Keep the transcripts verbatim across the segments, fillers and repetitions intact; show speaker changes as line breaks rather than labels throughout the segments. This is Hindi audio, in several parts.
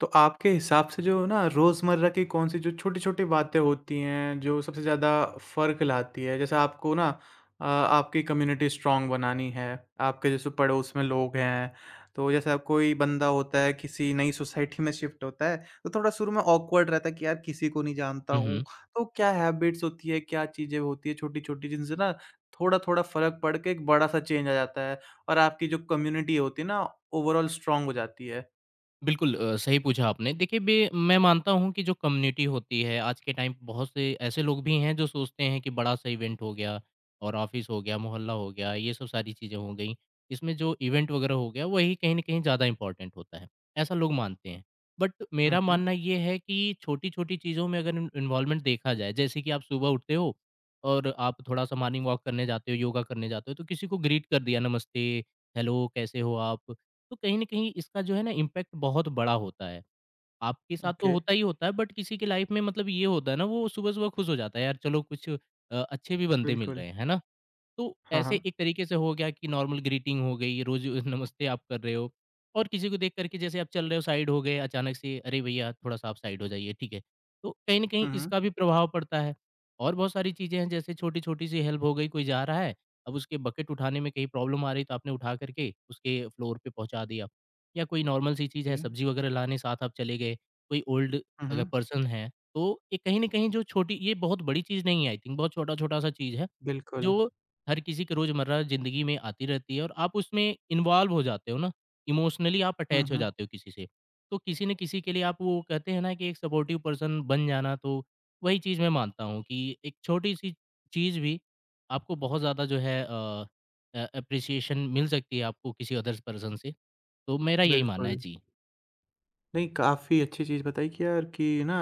तो आपके हिसाब से जो ना रोज़मर्रा की कौन-सी जो छोटी-छोटी बातें होती हैं, जो सबसे ज़्यादा फ़र्क लाती है? जैसे आपको ना अ, आपकी कम्युनिटी स्ट्रॉन्ग बनानी है, आपके जैसे पड़ोस में लोग हैं, तो जैसे अब कोई बंदा होता है किसी नई सोसाइटी में शिफ्ट होता है, तो थोड़ा शुरू में ऑकवर्ड रहता है कि यार किसी को नहीं जानता
हुँ,
हूँ।
हुँ।
तो क्या हैबिट्स होती है, क्या चीज़ें होती है छोटी-छोटी जिनसे ना थोड़ा-थोड़ा फ़र्क पड़ के एक बड़ा-सा चेंज आ जाता है और आपकी जो कम्युनिटी होती है ना ओवरऑल स्ट्रॉन्ग हो जाती है?
बिल्कुल अ, सही पूछा आपने। देखिए बे मैं मानता हूँ कि जो कम्युनिटी होती है आज के टाइम बहुत से ऐसे लोग भी हैं जो सोचते हैं कि बड़ा-सा इवेंट हो गया और ऑफ़िस हो गया, मोहल्ला हो गया, ये सब सारी चीज़ें हो गईं। इसमें जो इवेंट वगैरह हो गया वही कहीं न कहीं ज़्यादा इम्पोर्टेंट होता है। ऐसा लोग मानते हैं। बट
हुँ,
मेरा
हुँ।
मानना ये है कि छोटी-छोटी चीज़ों में अगर इन इन्वॉल्वमेंट देखा जाए, जैसे कि आप सुबह उठते हो और आप थोड़ा-सा मॉर्निंग वॉक करने जाते हो, योगा करने जाते हो, तो किसी को ग्रीट कर दिया, नमस्ते, हेलो कैसे हो आप? तो कहीं न कहीं इसका जो है ना इम्पैक्ट बहुत बड़ा होता है। आपके साथ तो
ओके।
होता ही होता है, बट किसी की लाइफ में मतलब ये होता है ना वो सुबह-सुबह खुश हो जाता है, यार चलो कुछ अ, अच्छे भी बंदे मिल
बिल्कुल,
रहे हैं, है ना? तो
हाँ,
ऐसे
हाँ।
एक तरीके से हो गया कि नॉर्मल ग्रीटिंग हो गई रोज नमस्ते आप कर रहे हो। और किसी को देख करके जैसे आप चल रहे हो, साइड हो गए, अचानक से अरे भैया थोड़ा सा आप साइड हो जाइए, ठीक है, तो कहीं ना कहीं
हुँ, हुँ।
इसका भी प्रभाव पड़ता है। और बहुत सारी चीज़ें हैं, जैसे छोटी छोटी सी हेल्प हो गई, कोई जा रहा है, अब उसके बकेट उठाने में कहीं प्रॉब्लम आ रही, तो आपने उठा करके उसके फ्लोर पे पहुंचा दिया। या कोई नॉर्मल सी चीज़ है,
जी।
सब्जी वगैरह लाने साथ आप चले गए, कोई ओल्ड
हुँ,
अगर
हुँ।
पर्सन है तो, ये कहीं ना कहीं जो छोटी, ये बहुत बड़ी चीज़ नहीं है आई थिंक, बहुत छोटा छोटा सा चीज़ है
बिल्कुल।
जो हर किसी के रोज़मर्रा ज़िंदगी में आती रहती है, और आप उसमें इन्वॉल्व हो जाते हो ना, इमोशनली आप
हुँ,
अटैच हो
हुँ।
जाते हो किसी से। तो किसी न किसी के लिए आप वो कहते हैं ना कि एक सपोर्टिव पर्सन बन जाना, तो वही चीज़ मैं मानता हूँ कि एक छोटी-सी चीज़ भी आपको बहुत ज़्यादा जो है अ अ, एप्रिसिएशन मिल सकती है आपको किसी अदर्स पर्सन से। तो मेरा यही मानना है।
बिल्कुल।
जी।
नहीं, काफ़ी अच्छी चीज़ बताई कि यार कि ना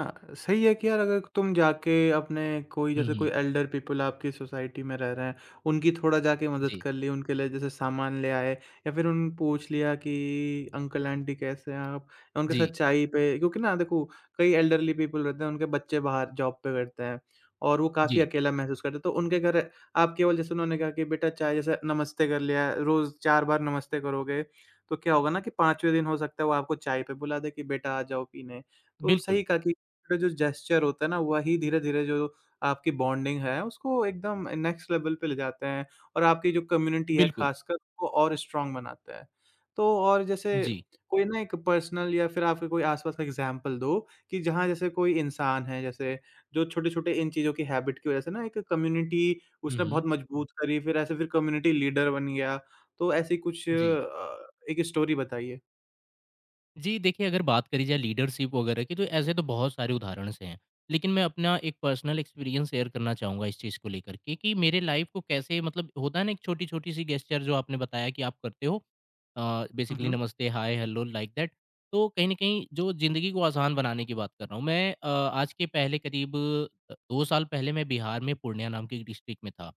सही है कि यार अगर तुम जाके अपने कोई
हुँ,
जैसे कोई
हुँ।
एल्डर पीपल आपकी सोसाइटी में रह रहे हैं, उनकी थोड़ा जाके मदद
जी,
कर ली, उनके लिए जैसे सामान ले आए या फिर उन पूछ लिया कि अंकल आंटी कैसे हैं आप? या उनके
जी,
साथ चाय पे क्योंकि ना देखो कई एल्डरली पीपल रहते हैं, उनके बच्चे बाहर जॉब पे करते हैं और वो काफ़ी
जी।
अकेला महसूस करते हैं, तो उनके घर आप केवल जैसे उन्होंने कहा कि बेटा चाय जैसे नमस्ते कर लिया, रोज़ चार बार नमस्ते करोगे तो क्या होगा ना कि पाँचवें दिन हो सकता है वो आपको चाय पे बुला दे कि बेटा आ जाओ पीने। तो
बिल्कुल,
सही कहा कि छोटे जो जेस्चर होता है ना वही धीरे-धीरे जो आपकी बॉन्डिंग है उसको एकदम नेक्स्ट लेवल पे ले जाते हैं और आपकी जो कम्युनिटी है
बिल्कुल।
खासकर वो और स्ट्रॉन्ग बनाते हैं। तो और जैसे
जी।
कोई ना एक पर्सनल या फिर आपके कोई आस-पास का एग्ज़ाम्पल दो कि जहाँ जैसे कोई इंसान है जैसे जो छोटे-छोटे इन चीज़ों की हैबिट की वज़ह से ना एक कम्युनिटी
हुँ,
उसने
हुँ।
बहुत मजबूत करी फिर ऐसे फिर कम्युनिटी लीडर बन गया। तो ऐसी कुछ
जी।
अ एक स्टोरी बताइए?
जी, देखिए अगर बात करी जाए लीडरशिप वगैरह की, तो ऐसे तो बहुत सारे उदाहरण से हैं। लेकिन मैं अपना एक पर्सनल एक्सपीरियंस शेयर करना चाहूँगा इस चीज़ को लेकर के कि मेरे लाइफ़ को कैसे, मतलब होता है ना एक छोटी-छोटी सी गेस्चर जो आपने बताया कि आप करते हो, अ,
हुँ,
बेसिकली
हुँ।
नमस्ते, हाय, हेलो लाइक दैट। तो कहीं न कहीं जो ज़िंदगी को आसान बनाने की बात कर रहा हूँ मैं, अ, आज के पहले करीब अ, दो साल पहले मैं बिहार में पूर्णिया नाम की एक डिस्ट्रिक्ट में था।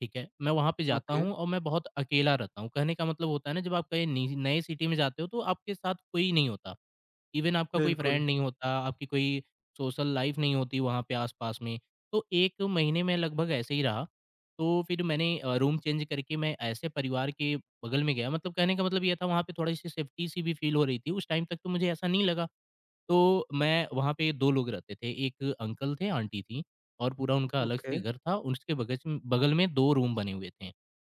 ठीक है। मैं वहाँ पे जाता
ओके,
हूँ और मैं बहुत अकेला रहता हूँ। कहने का मतलब होता है ना, जब आप कहीं नी नए सिटी में जाते हो तो आपके साथ कोई नहीं होता। इवन आपका कोई
बिल्कुल,
फ्रेंड नहीं होता, आपकी कोई सोशल लाइफ़ नहीं होती वहाँ पे आस-पास में। तो एक महीने में लगभग ऐसे ही रहा। तो फिर मैंने अ, रूम चेंज करके मैं ऐसे परिवार के बगल में गया, मतलब कहने का मतलब ये था वहाँ पे थोड़ी-सी सेफ्टी सी भी फ़ील हो रही थी। उस टाइम तक तो मुझे ऐसा नहीं लगा। तो मैं वहाँ पे दो लोग रहते थे, एक अंकल थे, आंटी थी, और पूरा उनका अलग
ओके।
से घर था, उसके बगच बगल में दो रूम बने हुए थे।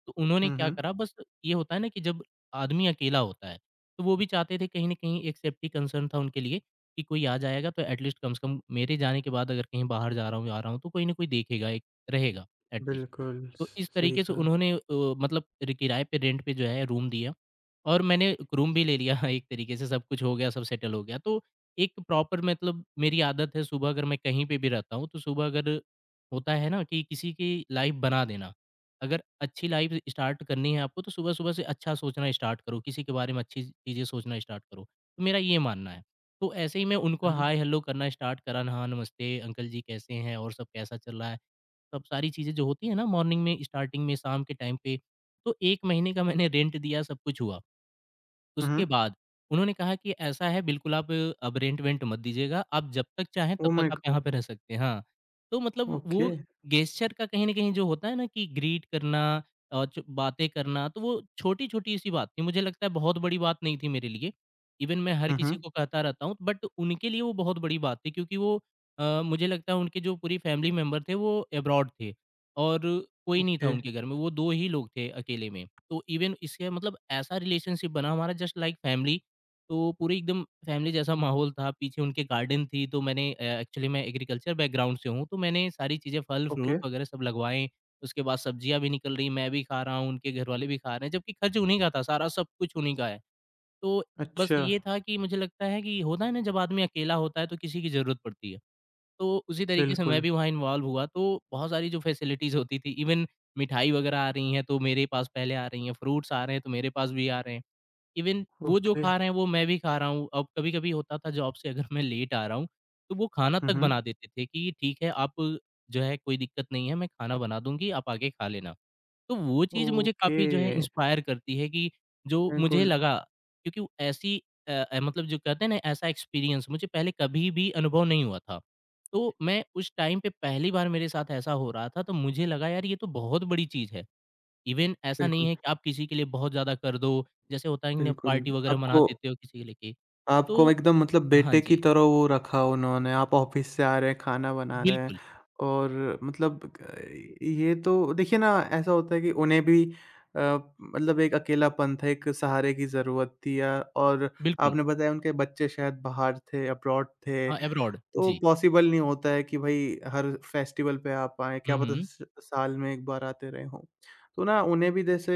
तो उन्होंने
हुँ,
क्या
हुँ।
करा, बस ये होता है ना कि जब आदमी अकेला होता है, तो वो भी चाहते थे, कहीं न कहीं एक सेफ्टी कंसर्न था उनके लिए कि कोई आ जाएगा तो एट लीस्ट कम से कम, मेरे जाने के बाद अगर कहीं बाहर जा रहा हूँ, आ रहा हूँ, तो कोई न कोई देखेगा, एक रहेगा एट लीस्ट।
बिल्कुल,
तो
स
इस
सही
तरीके से
कहा।
उन्होंने अ, मतलब रि किराए पे, रेंट पे जो है रूम दिया और मैंने एक रूम भी ले लिया एक तरीके से सब कुछ हो गया, सब सेटल हो गया। तो एक प्रॉपर, मतलब मेरी आदत है सुबह अगर मैं कहीं पे भी रहता हूँ, तो सुबह अगर होता है ना कि किसी की लाइफ़ बना देना। अगर अच्छी लाइफ़ स्टार्ट करनी है आपको, तो सुबह-सुबह से अच्छा सोचना स्टार्ट करो, किसी के बारे में अच्छी चीज़ें सोचना स्टार्ट करो। तो मेरा ये मानना है। तो ऐसे ही मैं उनको
हुँ,
हाय हेलो करना स्टार्ट करा ना, "हाँ, नमस्ते अंकल जी, कैसे हैं और सब कैसा चल रहा है?" तब सारी चीज़ें जो होती हैं ना, मॉर्निंग में, स्टार्टिंग में, शाम के टाइम पे, तो एक महीने का मैंने रेंट दिया, सब कुछ हुआ।
हुँ,
उसके
हुँ।
बाद उन्होंने कहा कि ऐसा है, बिल्कुल आप अब रेंट-वेंट मत दीजिएगा, आप जब तक चाहें तब
ओह
तक
माय
आप यहाँ पे
गॉड!
रह सकते हैं। हाँ, तो मतलब
ओके।
वो गेस्चर का कहीं न कहीं जो होता है ना, कि ग्रीट करना और च बातें करना, तो वो छोटी-छोटी सी बात थी, मुझे लगता है बहुत बड़ी बात नहीं थी मेरे लिए। इवन मैं हर
हुँ,
किसी
हुँ।
को कहता रहता हूँ, बट उनके लिए वो बहुत बड़ी बात थी, क्योंकि वो अ, मुझे लगता है उनके जो पूरी फैमिली मेंबर थे वो अब्रॉड थे, और कोई नहीं था
ओके,
उनके घर में, वो दो ही लोग थे अकेले में। तो इवन इसके मतलब, ऐसा रिलेशनशिप बना हमारा जस्ट लाइक फैमिली। तो पूरी एकदम फैमिली जैसा माहौल था, पीछे उनके गार्डन थी, तो मैंने अ, एक्चुअली मैं एग्रीकल्चर बैकग्राउंड से हूँ, तो मैंने सारी चीज़ें
ओके।
फल-फ्रूट वगैरह सब लगवाए, उसके बाद सब्जियाँ भी निकल रही, मैं भी खा रहा हूँ, उनके घरवाले भी खा रहे हैं, जबकि खर्च उन्हीं का था, सारा सब कुछ उन्हीं का है। तो बस
अच्छा,
ये था कि मुझे लगता है कि होता है ना, जब आदमी अकेला होता है तो किसी की ज़रूरत पड़ती है। तो उसी तरीके से मैं
बिल्कुल,
भी वहाँ इन्वॉल्व हुआ, तो बहुत सारी जो फैसिलिटीज़ होती थी, इवन मिठाई वगैरह आ रही हैं, तो मेरे पास पहले आ रही हैं, फ्रूट्स आ रहे हैं, तो मेरे पास भी आ रहे हैं। इवन वो जो
ओके।
खा रहे हैं, वो मैं भी खा रहा हूँ। अब कभी-कभी होता था, जॉब से अगर मैं लेट आ रहा हूँ, तो वो खाना
हुँ,
तक
हुँ।
बना देते थे कि ठीक है, आप जो है कोई दिक्कत नहीं है, मैं खाना बना दूँगी, आप आके खा लेना। तो वो चीज़ मुझे
ओके,
काफ़ी जो है इंस्पायर करती है कि, जो मुझे
बिल्कुल,
लगा, क्योंकि वो ऐसी अ अ, मतलब जो कहते हैं ना, ऐसा एक्सपीरियंस मुझे पहले कभी भी अनुभव नहीं हुआ था। तो मैं उस टाइम पे पहली बार, मेरे साथ ऐसा हो रहा था, तो मुझे लगा यार ये तो बहुत बड़ी चीज़ है। इवन ऐसा नहीं
बिल्कुल,
है कि आप किसी के लिए बहुत ज़्यादा कर दो, जैसे होता है कि ना
बिल्कुल।
पार्टी वगैरह मना
आपको
देते हो किसी के लेके।
आपको
तो
एकदम मतलब
हाँ
बेटे की
जी,
तरह वो रखा उन्होंने, आप ऑफ़िस से आ रहे हैं, खाना बना रहे हैं
बिल्कुल,
और मतलब अ, ये तो देखिए ना ऐसा होता है कि उन्हें भी अ, मतलब एक अकेलापन था, एक सहारे की ज़रूरत थी या और
बिल्कुल।
आपने बताया उनके बच्चे शायद बाहर थे, अब्रॉड थे,
हाँ, अब्रॉड
तो
जी।
पॉसिबल नहीं होता है कि भई हर फेस्टिवल पे आ पाएँ,
हुँ,
क्या पता
हुँ।
स साल में एक बार आते रहे हों। तो ना उन्हें भी जैसे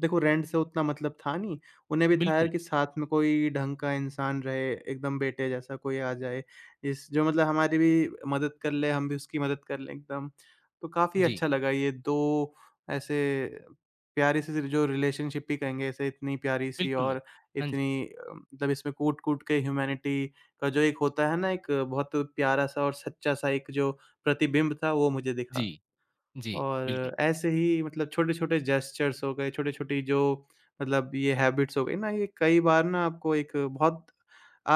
देखो रेंट से उतना मतलब था नहीं उन्हें भी था यार
बिल्कुल,
कि साथ में कोई ढंग का इंसान रहे, एकदम बेटे जैसा कोई आ जाए, इस जो मतलब हमारी भी मदद कर ले, हम भी उसकी मदद कर लें एकदम। तो काफ़ी
जी,
अच्छा लगा ये दो ऐसे प्यारी सी जो रिलेशनशिप ही कहेंगे ऐसे इतनी प्यारी सी
बिल्कुल।
और
हाँ जी।
इतनी अ, मतलब इसमें कूट-कूट के ह्यूमैनिटी का जो एक होता है ना एक बहुत प्यारा-सा और सच्चा-सा एक जो प्रतिबिंब था, वो मुझे
जी,
दिखा।
जी, बिल्कुल।
और ऐसे ही मतलब छोटे-छोटे जेस्चर्स हो गए, छोटी-छोटी जो मतलब ये हैबिट्स हो गई ना, ये कई बार ना आपको एक बहुत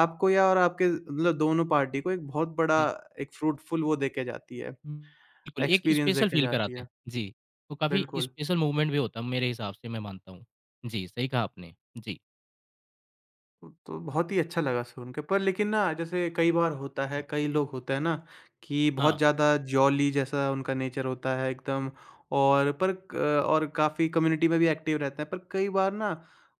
आपको या और आपके मतलब दोनों पार्टी को एक बहुत बड़ा
जी।
एक फ्रूटफुल वो देके जाती है,
बिल्कुल, एक
एक्सपीरियंस
स्पेशल
देके
फ़ील
जाती
कराते
है।
हैं। जी, तो काफ़ी
बिल्कुल।
स्पेशल मूवमेंट भी होता है मेरे हिसाब से, मैं मानता हूँ। जी, सही कहा आपने। जी।
तो तो बहुत ही अच्छा लगा सुन के। पर लेकिन ना जैसे कई बार होता है, कई लोग होते हैं ना कि
हाँ,
बहुत ज़्यादा जॉली जैसा उनका नेचर होता है एकदम और पर क और काफ़ी कम्युनिटी में भी एक्टिव रहते हैं। पर कई बार ना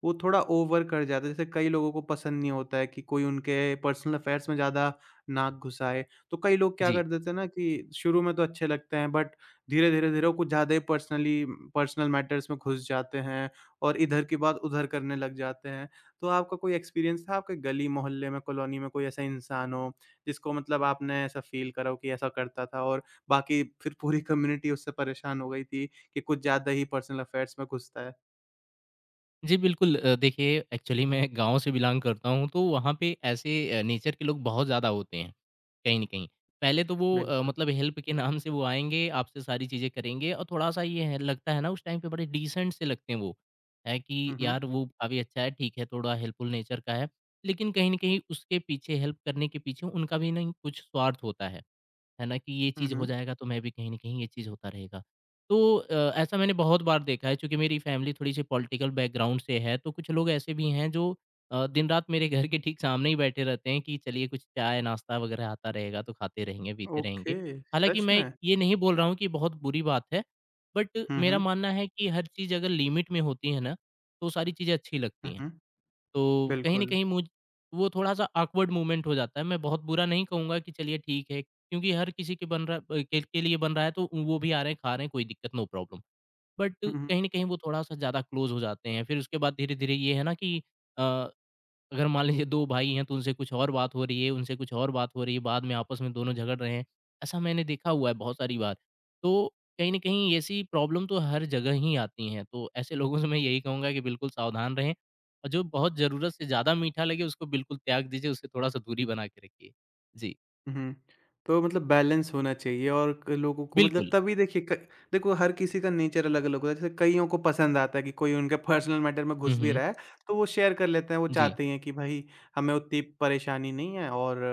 वो थोड़ा ओवर कर जाता है। जैसे कई लोगों को पसंद नहीं होता है कि कोई उनके पर्सनल अफेयर्स में ज़्यादा नाक घुसाए। तो कई लोग क्या
जी।
कर देते हैं ना कि शुरू में तो अच्छे लगते हैं बट धीरे-धीरे, धीरे धीरे वो कुछ ज़्यादा ही पर्सनली पर्सनल मैटर्स में घुस जाते हैं और इधर की बात उधर करने लग जाते हैं। तो आपका कोई एक्सपीरियंस था आपके गली मोहल्ले में, कॉलोनी में कोई ऐसा इंसान हो, जिसको मतलब आपने ऐसा फ़ील करा हो कि ऐसा करता था और बाकी फिर पूरी कम्युनिटी उससे परेशान हो गई थी कि कुछ ज़्यादा ही पर्सनल अफेयर्स में घुसता है?
जी, बिल्कुल अ, देखिए एक्चुअली मैं गाँव से बिलॉन्ग करता हूँ, तो वहाँ पे ऐसे अ, नेचर के लोग बहुत ज़्यादा होते हैं, कहीं न कहीं। पहले तो वो अ,
बिल्कुल।
मतलब हेल्प के नाम से वो आएँगे, आपसे सारी चीज़ें करेंगे, और थोड़ा-सा ये है लगता है ना उस टाइम पे बड़े डिसेंट से लगते हैं वो। है कि
हुँ, हुँ।
यार वो काफ़ी अच्छा है, ठीक है, थोड़ा हेल्पफुल नेचर का है, लेकिन कहीं न कहीं उसके पीछे, हेल्प करने के पीछे उनका भी नहीं कुछ स्वार्थ होता है। है ना, कि ये
हुँ,
चीज़ हो
हुँ।
जाएगा तो मैं भी कहीं न कहीं ये चीज़ होता रहेगा। तो अ, ऐसा मैंने बहुत बार देखा है, चूँकि मेरी फैमिली थोड़ी-सी पॉलिटिकल बैकग्राउंड से है, तो कुछ लोग ऐसे भी हैं जो अ, दिन-रात मेरे घर के ठीक सामने ही बैठे रहते हैं कि चलिए कुछ चाय, नाश्ता वग़ैरह आता रहेगा तो खाते रहेंगे, पीते रहेंगे।
ओके,
हालाँकि
सच
मैं
में?
ये नहीं बोल रहा हूँ कि बहुत बुरी बात है, बट
हुँ,
मेरा
हुँ।
मानना है कि हर चीज़ अगर लिमिट में होती है ना, तो सारी चीज़ें अच्छी
हुँ,
लगती हैं।
हुँ।
तो कहीं न
बिल्कुल।
कहीं मुझ वो थोड़ा-सा ऑकवर्ड मोमेंट हो जाता है। मैं बहुत बुरा नहीं कहूँगा कि चलिए ठीक है, क्योंकि हर किसी के बन रहा, अ, के के लिए बन रहा है, तो वो भी आ रहे हैं, खा रहे हैं, कोई दिक्कत नो प्रॉब्लम। बट
हुँ,
कहीं
हुँ।
न कहीं वो थोड़ा-सा ज़्यादा क्लोज़ हो जाते हैं। फिर उसके बाद धीरे-धीरे ये है ना कि अ, अगर मान लीजिए दो भाई हैं, तो उनसे कुछ और बात हो रही है, उनसे कुछ और बात हो रही है, बाद में आपस में दोनों झगड़ रहे हैं। ऐसा मैंने देखा हुआ है बहुत सारी बार। तो कहीं न कहीं ऐसी प्रॉब्लम तो हर जगह ही आती हैं, तो ऐसे लोगों से मैं यही कहूँगा कि बिल्कुल सावधान रहें और जो बहुत ज़रूरत से ज़्यादा मीठा लगे, उसको बिल्कुल त्याग दीजिए, उससे थोड़ा-सा दूरी बना के रखिए। जी,
हुँ। तो मतलब बैलेंस होना चाहिए और क लोगों को मतलब
बिल्कुल।
तभी देखिए क देखो हर किसी का नेचर अलग-अलग होता है। जैसे कइयों को पसंद आता है कि कोई उनके पर्सनल मैटर में
हुँ,
घुस भी
हुँ।
रहा है, तो वो शेयर कर लेते हैं। वो
जी।
चाहते ही हैं कि भई हमें उतनी परेशानी नहीं है और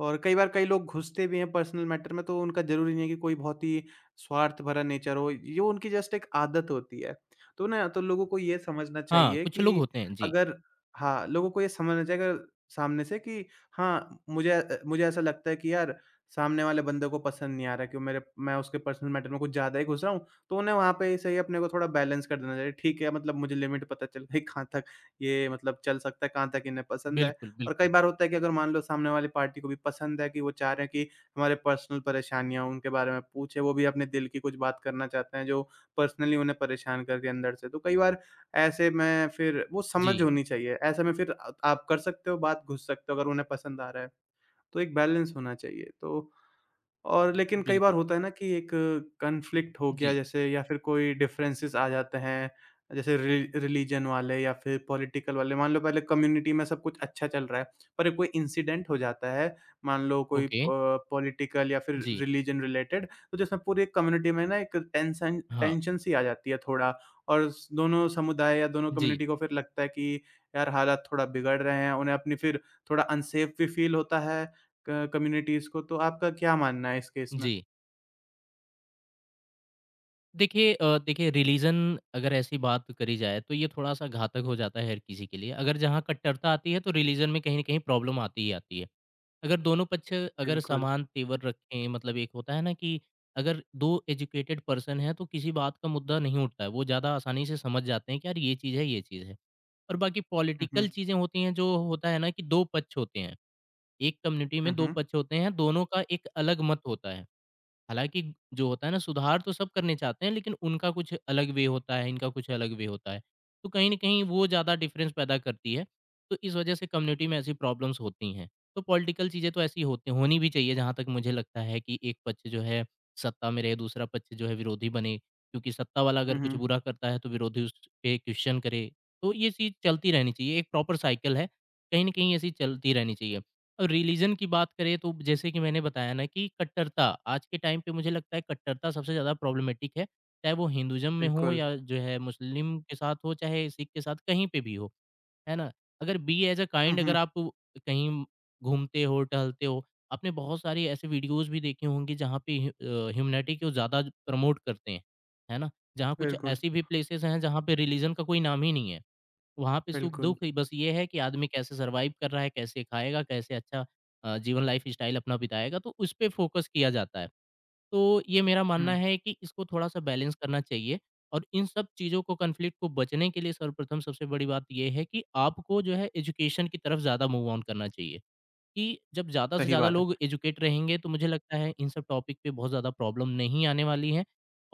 और कई बार कई लोग घुसते भी हैं पर्सनल मैटर में, तो उनका ज़रूरी नहीं है कि कोई बहुत ही स्वार्थ भरा नेचर हो। ये उनकी जस्ट एक आदत होती है। तो ना तो लोगों को ये समझना
हाँ,
चाहिए
कुछ
कि
लोग होते हैं। जी,
अगर हाँ, लोगों को ये समझना चाहिए अगर सामने से कि हाँ, मुझे अ, मुझे ऐसा लगता है कि यार सामने वाले बंदे को पसंद नहीं आ रहा कि वो मेरे मैं उसके पर्सनल मैटर में कुछ ज़्यादा ही घुस रहा हूँ, तो उन्हें वहाँ पे सही अपने को थोड़ा बैलेंस कर देना चाहिए। ठीक है, मतलब मुझे लिमिट पता चल गई कहाँ तक ये मतलब चल सकता है, कहाँ तक इन्हें पसंद है।
बिल्कुल,
और कई
बिल्कुल।
बार होता है कि अगर मान लो सामने वाली पार्टी को भी पसंद है कि वो चाह रहे हैं कि हमारे पर्सनल परेशानियाँ उनके बारे में पूछे, वो भी अपने दिल की कुछ बात करना चाहते हैं जो पर्सनली उन्हें परेशान कर रही है अंदर से। तो कई बार ऐसे में फिर वो समझ
जी,
होनी चाहिए। ऐसे में फिर अ, आप कर सकते हो बात, घुस सकते हो अगर उन्हें पसंद आ रहा है। तो एक बैलेंस होना चाहिए। तो और लेकिन कई बार
बिल्कुल।
होता है ना कि एक कॉन्फ्लिक्ट हो गया
जी,
जैसे या फिर कोई डिफरेंसेस आ जाते हैं, जैसे रि रिलिजन वाले या फिर पॉलिटिकल वाले। मान लो पहले कम्युनिटी में सब कुछ अच्छा चल रहा है, पर एक कोई इंसिडेंट हो जाता है, मान लो कोई अ,
ओके।
पॉलिटिकल या फिर
जी,
रिलिजन रिलेटेड, तो जिसमें पूरी कम्युनिटी में ना एक टेंशन
हाँ।
टेंशन सी आ जाती है थोड़ा और स दोनों समुदाय या दोनों
जी,
कम्युनिटी को फिर लगता है कि यार हालात थोड़ा बिगड़ रहे हैं, उन्हें अपनी फिर थोड़ा अनसेफ भी फील होता है क कम्युनिटीज़ को, तो आपका क्या मानना है इस केस में?
जी। देखिए अ, देखिए रिलीजन अगर ऐसी बात करी जाए तो ये थोड़ा-सा घातक हो जाता है हर किसी के लिए। अगर जहाँ कट्टरता आती है तो रिलीजन में कहीं न कहीं प्रॉब्लम आती ही आती है। अगर दोनों पक्ष अगर
बिल्कुल।
समान तेवर रखें, मतलब एक होता है ना कि अगर दो एजुकेटेड पर्सन हैं तो किसी बात का मुद्दा नहीं उठता है। वो ज़्यादा आसानी से समझ जाते हैं कि यार ये चीज़ है, ये चीज़ है। और बाकी
हुँ, हुँ।
पॉलिटिकल चीज़ें होती हैं, जो होता है ना कि दो पक्ष होते हैं। एक कम्युनिटी में
हुँ,
दो
हुँ।
पक्ष होते हैं, दोनों का एक अलग मत होता है। हालाँकि जो होता है ना, सुधार तो सब करने चाहते हैं, लेकिन उनका कुछ अलग वे होता है, इनका कुछ अलग वे होता है। तो कहीं न कहीं वो ज़्यादा डिफ़रेंस पैदा करती है। तो इस वजह से कम्युनिटी में ऐसी प्रॉब्लम्स होती हैं। तो पॉलिटिकल चीज़ें तो ऐसी होती होनी भी चाहिए, जहाँ तक मुझे लगता है कि एक पक्ष जो है सत्ता में रहे, दूसरा पक्ष जो है विरोधी बने। क्योंकि सत्ता वाला अगर
हुँ,
कुछ
हुँ।
बुरा करता है तो विरोधी उस पे क्वेश्चन करे। तो ये चीज़ चलती रहनी चाहिए, एक प्रॉपर साइकिल है, कहीं न कहीं ऐसी चलती रहनी चाहिए। और रिलीजन की बात करें तो जैसे कि मैंने बताया ना कि कट्टरता आज के टाइम पे मुझे लगता है कट्टरता सबसे ज़्यादा प्रॉब्लमेटिक है। चाहे वो हिंदुइज़्म में हो
बिल्कुल।
या जो है मुस्लिम के साथ हो, चाहे सिख के साथ कहीं पे भी हो, है ना? अगर be as a
hmm,
kind, अगर
हुँ।
आप कहीं घूमते हो, टहलते हो, आपने बहुत सारी ऐसे वीडियोज़ भी देखी होंगी जहाँ पे ह्यू अ, ह्यूमैनिटी को ज़्यादा प्रमोट करते हैं, है ना? जहाँ कुछ
बिल्कुल,
ऐसी भी प्लेसेस हैं जहाँ पे रिलीजन का कोई नाम ही नहीं है। वहाँ पे
बिल्कुल।
सुख-दुःख ही बस ये है कि आदमी कैसे सर्वाइव कर रहा है, कैसे खाएगा, कैसे अच्छा अ, जीवन लाइफ़स्टाइल अपना बिताएगा, तो उस पे फ़ोकस किया जाता है। तो ये मेरा मानना
हुँ,
है कि इसको थोड़ा-सा बैलेंस करना चाहिए और इन सब चीज़ों को, कॉन्फ्लिक्ट को बचने के लिए सर्वप्रथम सबसे बड़ी बात ये है कि आपको जो है एजुकेशन की तरफ ज़्यादा मूव ऑन करना चाहिए। कि जब ज़्यादा से
सही
ज़्यादा
बात। है।
लोग एजुकेट रहेंगे तो मुझे लगता है इन सब टॉपिक पे बहुत ज़्यादा प्रॉब्लम नहीं आने वाली है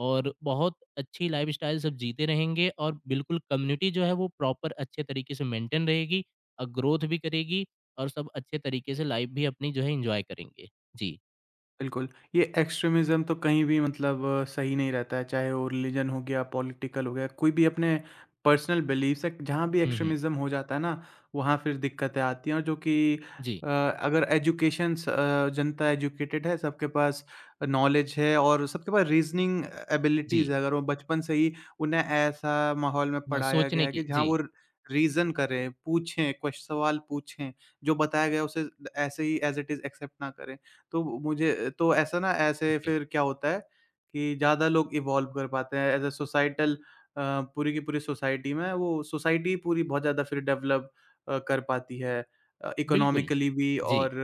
और बहुत अच्छी लाइफस्टाइल सब जीते रहेंगे और बिल्कुल कम्युनिटी जो है वो प्रॉपर अच्छे तरीके से मेंटेन रहेगी और ग्रोथ भी करेगी और सब अच्छे तरीके से लाइफ भी अपनी जो है एंजॉय करेंगे। जी।
बिल्कुल, ये एक्सट्रीमिज़्म तो कहीं भी मतलब अ, सही नहीं रहता है, चाहे वो रिलीजन हो गया, पॉलिटिकल हो गया, कोई भी अपने पर्सनल बिलीफ से जहाँ भी
हुँ, हुँ।
एक्सट्रीमिज़्म हो जाता है ना, वहाँ फिर दिक्कतें आती हैं और जो कि
जी,
अ, अगर एजुकेशन्स अ, जनता एजुकेटेड है, सबके पास नॉलेज है और सबके पास रीज़निंग
जी।
एबिलिटीज़ है, अगर वो बचपन से ही उन्हें ऐसा माहौल में
हाँ,
पढ़ाया गया
सोचने
है कि
की
जहाँ
जी,
वो रीज़न करें, पूछें, क्वेश सवाल पूछें, जो बताया गया है उसे ऐसे ही एज़ इट इज़ एक्सेप्ट ना करें। तो मुझे तो ऐसा ना ऐसे
ओके।
फिर क्या होता है कि ज़्यादा लोग इवॉल्व कर पाते हैं एज़ अ सोसाइटल अ, पूरी की पूरी सोसाइटी में वो सोसाइटी पूरी बहुत ज़्यादा फिर डेवलप अ, कर पाती है अ,
बिल्कुल।
इकोनॉमिकली भी
जी,
और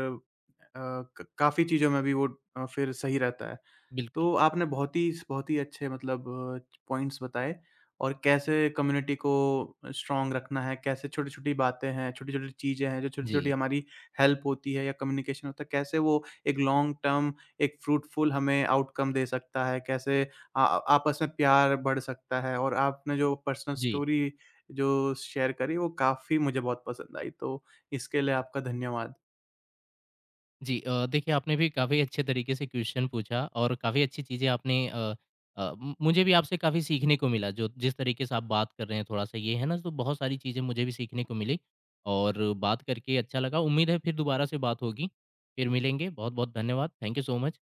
अ, क काफ़ी चीज़ों में भी वो अ, फिर सही रहता है।
बिल्कुल।
तो आपने बहुत ही बहुत ही अच्छे मतलब पॉइंट्स बताए और कैसे कम्युनिटी को स्ट्रांग रखना है, कैसे छोटी-छोटी बातें हैं, छोटी-छोटी चीज़ें हैं, जो छोटी-छोटी
जी,
हमारी हेल्प होती है या कम्युनिकेशन होता है, कैसे वो एक लॉन्ग टर्म, एक फ्रूटफुल हमें आउटकम दे सकता है, कैसे आ आपस में प्यार बढ़ सकता है और आपने जो पर्सनल
जी।
स्टोरी जो शेयर करी, वो काफ़ी मुझे बहुत पसंद आई। तो इसके लिए आपका धन्यवाद।
जी। अ, देखिए, आपने भी काफ़ी अच्छे तरीके से क्वेश्चन पूछा और काफ़ी अच्छी चीज़ें आपने अ, अ, मु- मुझे भी आपसे काफ़ी सीखने को मिला, जो जिस तरीके से आप बात कर रहे हैं, थोड़ा सा ये है ना, तो बहुत सारी चीज़ें मुझे भी सीखने को मिली। और बात करके अच्छा लगा। उम्मीद है फिर दोबारा से बात होगी। फिर मिलेंगे। बहुत बहुत धन्यवाद। Thank you so much.